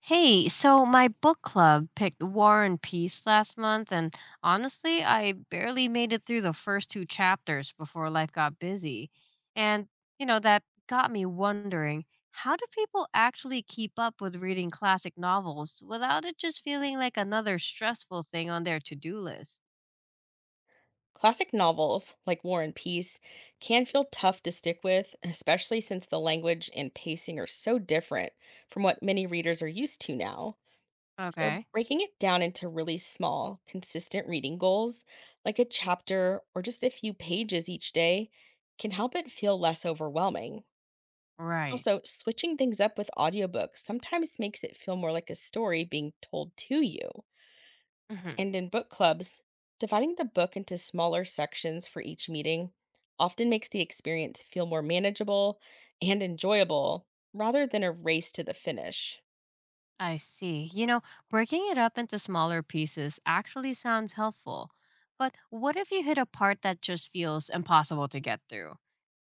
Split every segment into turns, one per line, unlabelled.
Hey, so my book club picked War and Peace last month, and honestly, I barely made it through the first two chapters before life got busy. And, that got me wondering, how do people actually keep up with reading classic novels without it just feeling like another stressful thing on their to do list?
Classic novels like War and Peace can feel tough to stick with, especially since the language and pacing are so different from what many readers are used to now. So,
Okay,
breaking it down into really small, consistent reading goals, like a chapter or just a few pages each day, can help it feel less overwhelming.
right.
Also, switching things up with audiobooks sometimes makes it feel more like a story being told to you.
Mhm.
And in book clubs, dividing the book into smaller sections for each meeting often makes the experience feel more manageable and enjoyable rather than a race to the finish.
I see. Breaking it up into smaller pieces actually sounds helpful. But what if you hit a part that just feels impossible to get through?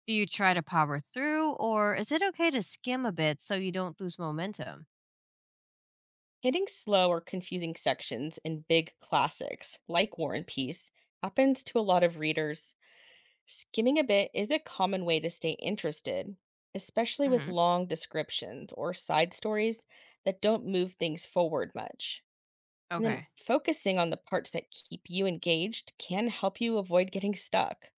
Do you try to power through, or is it okay to skim a bit so you don't lose momentum?
Hitting slow or confusing sections in big classics like War and Peace happens to a lot of readers. Skimming a bit is a common way to stay interested, especially with
Hmm.
long descriptions or side stories that don't move things forward much. And then
Okay.
focusing on the parts that keep you engaged can help you avoid getting stuck.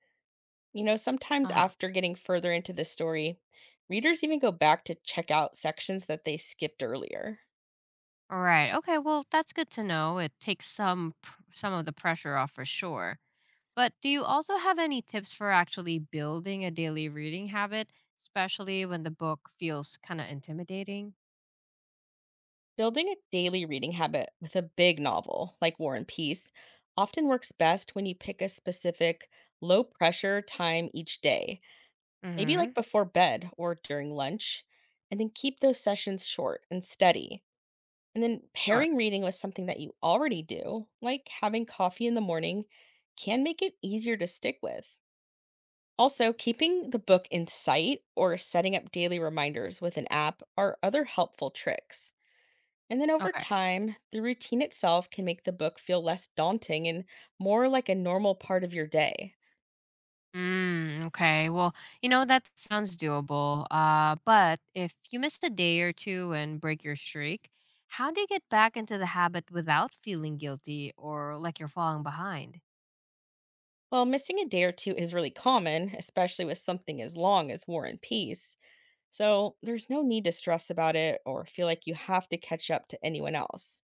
You know,
Uh
sometimes
huh.
after getting further into the story, readers even go back to check out sections that they skipped earlier.
All right. Okay. Well, that's good to know. It takes some some of the pressure off for sure. But do you also have any tips for actually building a daily reading habit, especially when the book feels kind of intimidating?
Building a daily reading habit with a big novel like War and Peace often works best when you pick a specific low pressure time each day, maybe like
Mm-hmm.
before bed or during lunch, and then keep those sessions short and steady. And then
Sure.
pairing reading with something that you already do, like having coffee in the morning, can make it easier to stick with. Also, keeping the book in sight or setting up daily reminders with an app are other helpful tricks. And then over
Okay.
time, the routine itself can make the book feel less daunting and more like a normal part of your day.
Mm, okay. Well, that sounds doable. But if you missed a day or two and break your streak, how do you get back into the habit without feeling guilty or like you're falling behind?
While missing a day or two is really common, especially with something as long as War and Peace, so there's no need to stress about it or feel like you have to catch up to anyone else.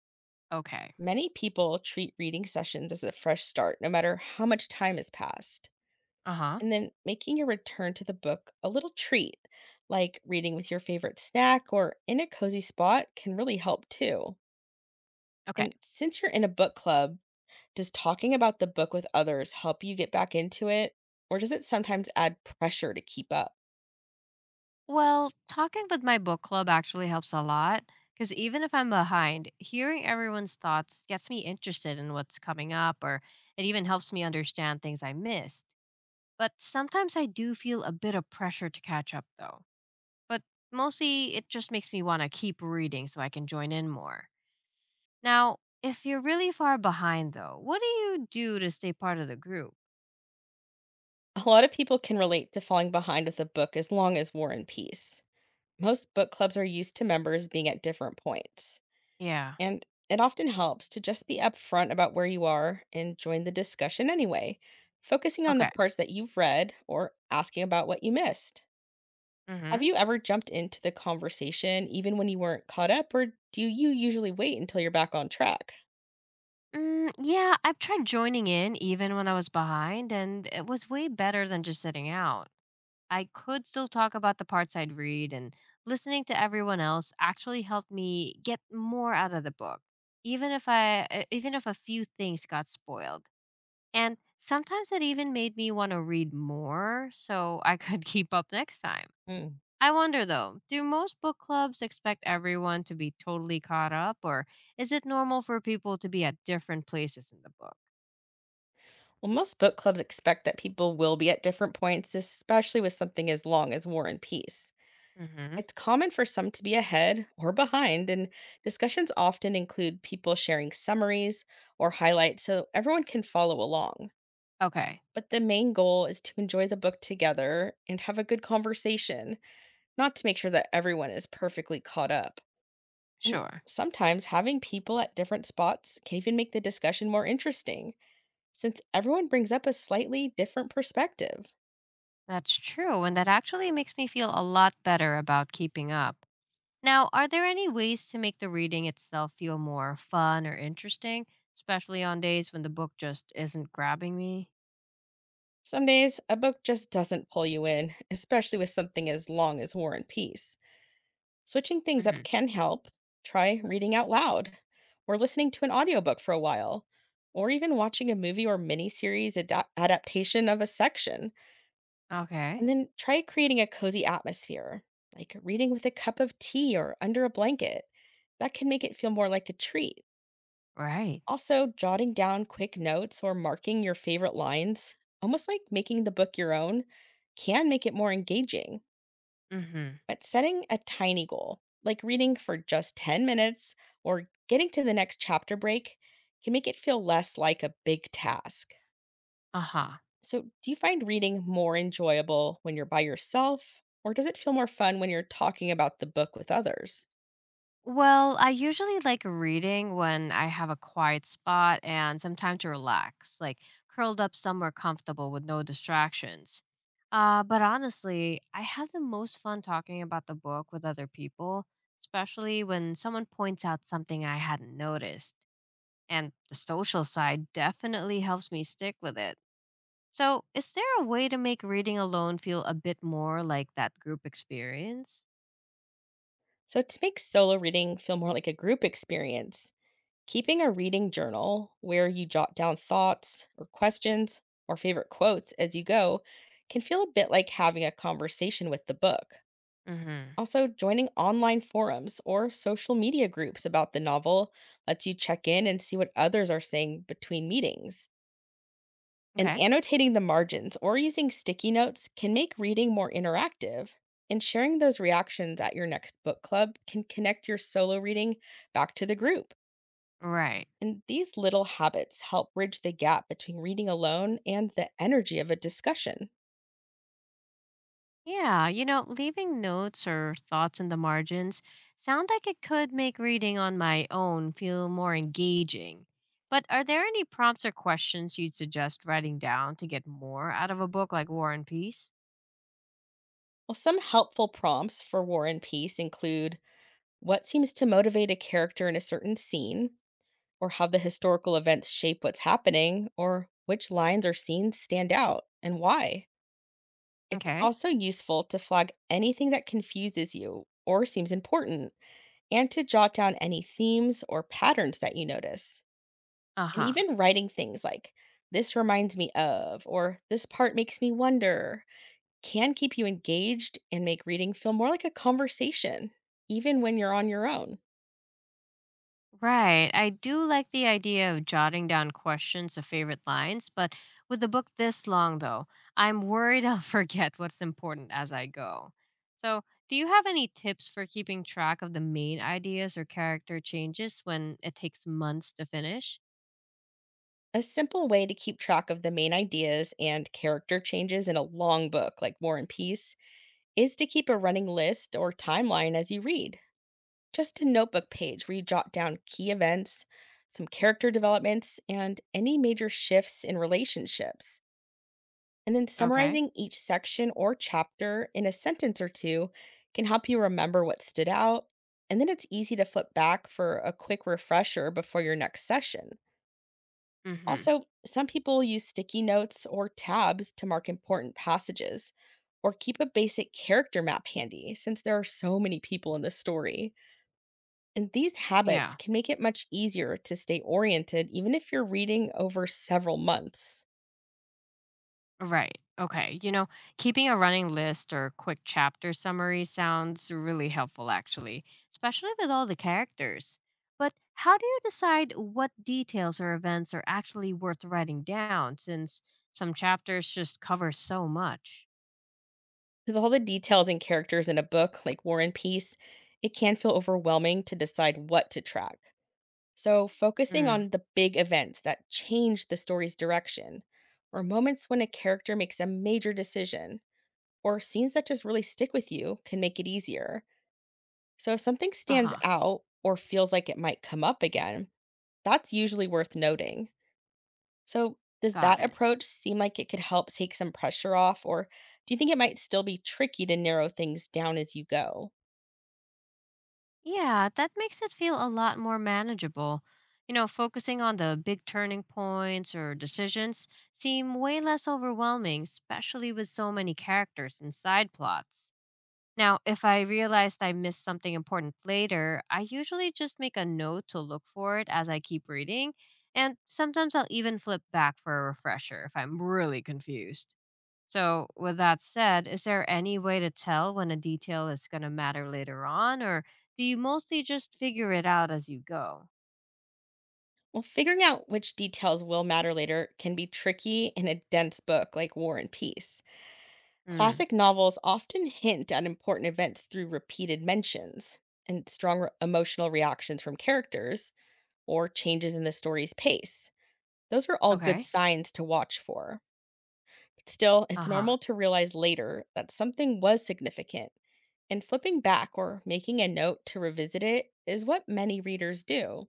Okay.
Many people treat reading sessions as a fresh start, no matter how much time has passed.
Uh huh.
And then making your return to the book a little treat, like reading with your favorite snack or in a cozy spot, can really help too.
Okay.
And since you're in a book club, does talking about the book with others help you get back into it? Or does it sometimes add pressure to keep up?
Well, talking with my book club actually helps a lot because even if I'm behind, hearing everyone's thoughts gets me interested in what's coming up, or it even helps me understand things I missed. But sometimes I do feel a bit of pressure to catch up though. But mostly it just makes me want to keep reading so I can join in more. Now, if you're really far behind, though, what do you do to stay part of the group?
A lot of people can relate to falling behind with a book as long as War and Peace. Most book clubs are used to members being at different points.
Yeah.
And it often helps to just be upfront about where you are and join the discussion anyway, focusing on the
Okay.
parts that you've read or asking about what you missed.
Mm-hmm.
Have you ever jumped into the conversation even when you weren't caught up, or do you usually wait until you're back on track?
Mm, yeah, I've tried joining in even when I was behind, and it was way better than just sitting out. I could still talk about the parts I'd read, and listening to everyone else actually helped me get more out of the book, even if even if a few things got spoiled. And sometimes it even made me want to read more so I could keep up next time.
Mm.
I wonder though, do most book clubs expect everyone to be totally caught up, or is it normal for people to be at different places in the book?
Well, most book clubs expect that people will be at different points, especially with something as long as War and Peace.
Hmm.
It's common for some to be ahead or behind, and discussions often include people sharing summaries or highlights so everyone can follow along.
Okay,
But the main goal is to enjoy the book together and have a good conversation, not to make sure that everyone is perfectly caught up. And
sure.
sometimes having people at different spots can even make the discussion more interesting, since everyone brings up a slightly different perspective.
That's true, and that actually makes me feel a lot better about keeping up. Now, are there any ways to make the reading itself feel more fun or interesting, especially on days when the book just isn't grabbing me?
Some days, a book just doesn't pull you in, especially with something as long as War and Peace. Switching things
Hmm.
up can help. Try reading out loud, or listening to an audiobook for a while, or even watching a movie or miniseries adaptation of a section.
Okay,
And then try creating a cozy atmosphere, like reading with a cup of tea or under a blanket. That can make it feel more like a treat.
right.
Also, jotting down quick notes or marking your favorite lines, almost like making the book your own, can make it more engaging.
Mm-hmm.
But setting a tiny goal, like reading for just 10 minutes or getting to the next chapter break, can make it feel less like a big task.
Uh-huh.
So, do you find reading more enjoyable when you're by yourself, or does it feel more fun when you're talking about the book with others?
Well, I usually like reading when I have a quiet spot and some time to relax, like curled up somewhere comfortable with no distractions. But honestly, I have the most fun talking about the book with other people, especially when someone points out something I hadn't noticed. And the social side definitely helps me stick with it. So, is there a way to make reading alone feel a bit more like that group experience?
So, to make solo reading feel more like a group experience, keeping a reading journal where you jot down thoughts or questions or favorite quotes as you go can feel a bit like having a conversation with the book.
Mm-hmm.
Also, joining online forums or social media groups about the novel lets you check in and see what others are saying between meetings. And
Okay.
annotating the margins or using sticky notes can make reading more interactive. And sharing those reactions at your next book club can connect your solo reading back to the group.
Right.
And these little habits help bridge the gap between reading alone and the energy of a discussion.
Yeah, leaving notes or thoughts in the margins sound like it could make reading on my own feel more engaging. But are there any prompts or questions you'd suggest writing down to get more out of a book like War and Peace?
Well, some helpful prompts for War and Peace include what seems to motivate a character in a certain scene, or how the historical events shape what's happening, or which lines or scenes stand out and why. It's
Okay.
also useful to flag anything that confuses you or seems important, and to jot down any themes or patterns that you notice.
Uh
And
huh.
even writing things like, this reminds me of, or this part makes me wonder, can keep you engaged and make reading feel more like a conversation, even when you're on your own.
Right. I do like the idea of jotting down questions of favorite lines, but with a book this long, though, I'm worried I'll forget what's important as I go. So, do you have any tips for keeping track of the main ideas or character changes when it takes months to finish?
A simple way to keep track of the main ideas and character changes in a long book like War and Peace is to keep a running list or timeline as you read. Just a notebook page where you jot down key events, some character developments, and any major shifts in relationships. And then
Okay.
summarizing each section or chapter in a sentence or two can help you remember what stood out. And then it's easy to flip back for a quick refresher before your next session.
Mm hmm.
Also, some people use sticky notes or tabs to mark important passages, or keep a basic character map handy since there are so many people in the story. And these habits
Yeah.
can make it much easier to stay oriented even if you're reading over several months.
Right. Okay, keeping a running list or quick chapter summary sounds really helpful, actually, especially with all the characters. But how do you decide what details or events are actually worth writing down, since some chapters just cover so much?
With all the details and characters in a book like War and Peace, it can feel overwhelming to decide what to track. So, focusing
Mm.
on the big events that change the story's direction, or moments when a character makes a major decision, or scenes that just really stick with you can make it easier. So, if something
Uh
stands
huh.
out or feels like it might come up again, that's usually worth noting. So, does
Got
that
it.
approach seem like it could help take some pressure off, or do you think it might still be tricky to narrow things down as you go?
Yeah, that makes it feel a lot more manageable. Focusing on the big turning points or decisions seem way less overwhelming, especially with so many characters and side plots. Now, if I realized I missed something important later, I usually just make a note to look for it as I keep reading, and sometimes I'll even flip back for a refresher if I'm really confused. So, with that said, is there any way to tell when a detail is going to matter later on, or do you mostly just figure it out as you go?
Well, figuring out which details will matter later can be tricky in a dense book like War and Peace.
Mm,
Classic novels often hint at important events through repeated mentions and strong emotional reactions from characters or changes in the story's pace. Those are all good
okay.
signs to watch for. Still,
Uh
it's
huh.
normal to realize later that something was significant. And flipping back or making a note to revisit it is what many readers do.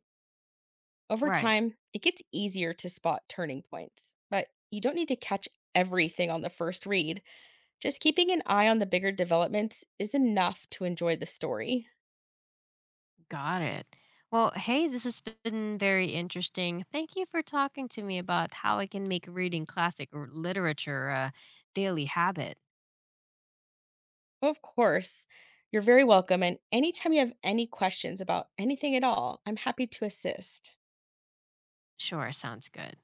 Over
Right.
time, it gets easier to spot turning points, but you don't need to catch everything on the first read. Just keeping an eye on the bigger developments is enough to enjoy the story.
Got it. Well, hey, this has been very interesting. Thank you for talking to me about how I can make reading classic literature a daily habit.
Of course, you're very welcome, and anytime you have any questions about anything at all, I'm happy to assist.
Sure, sounds good.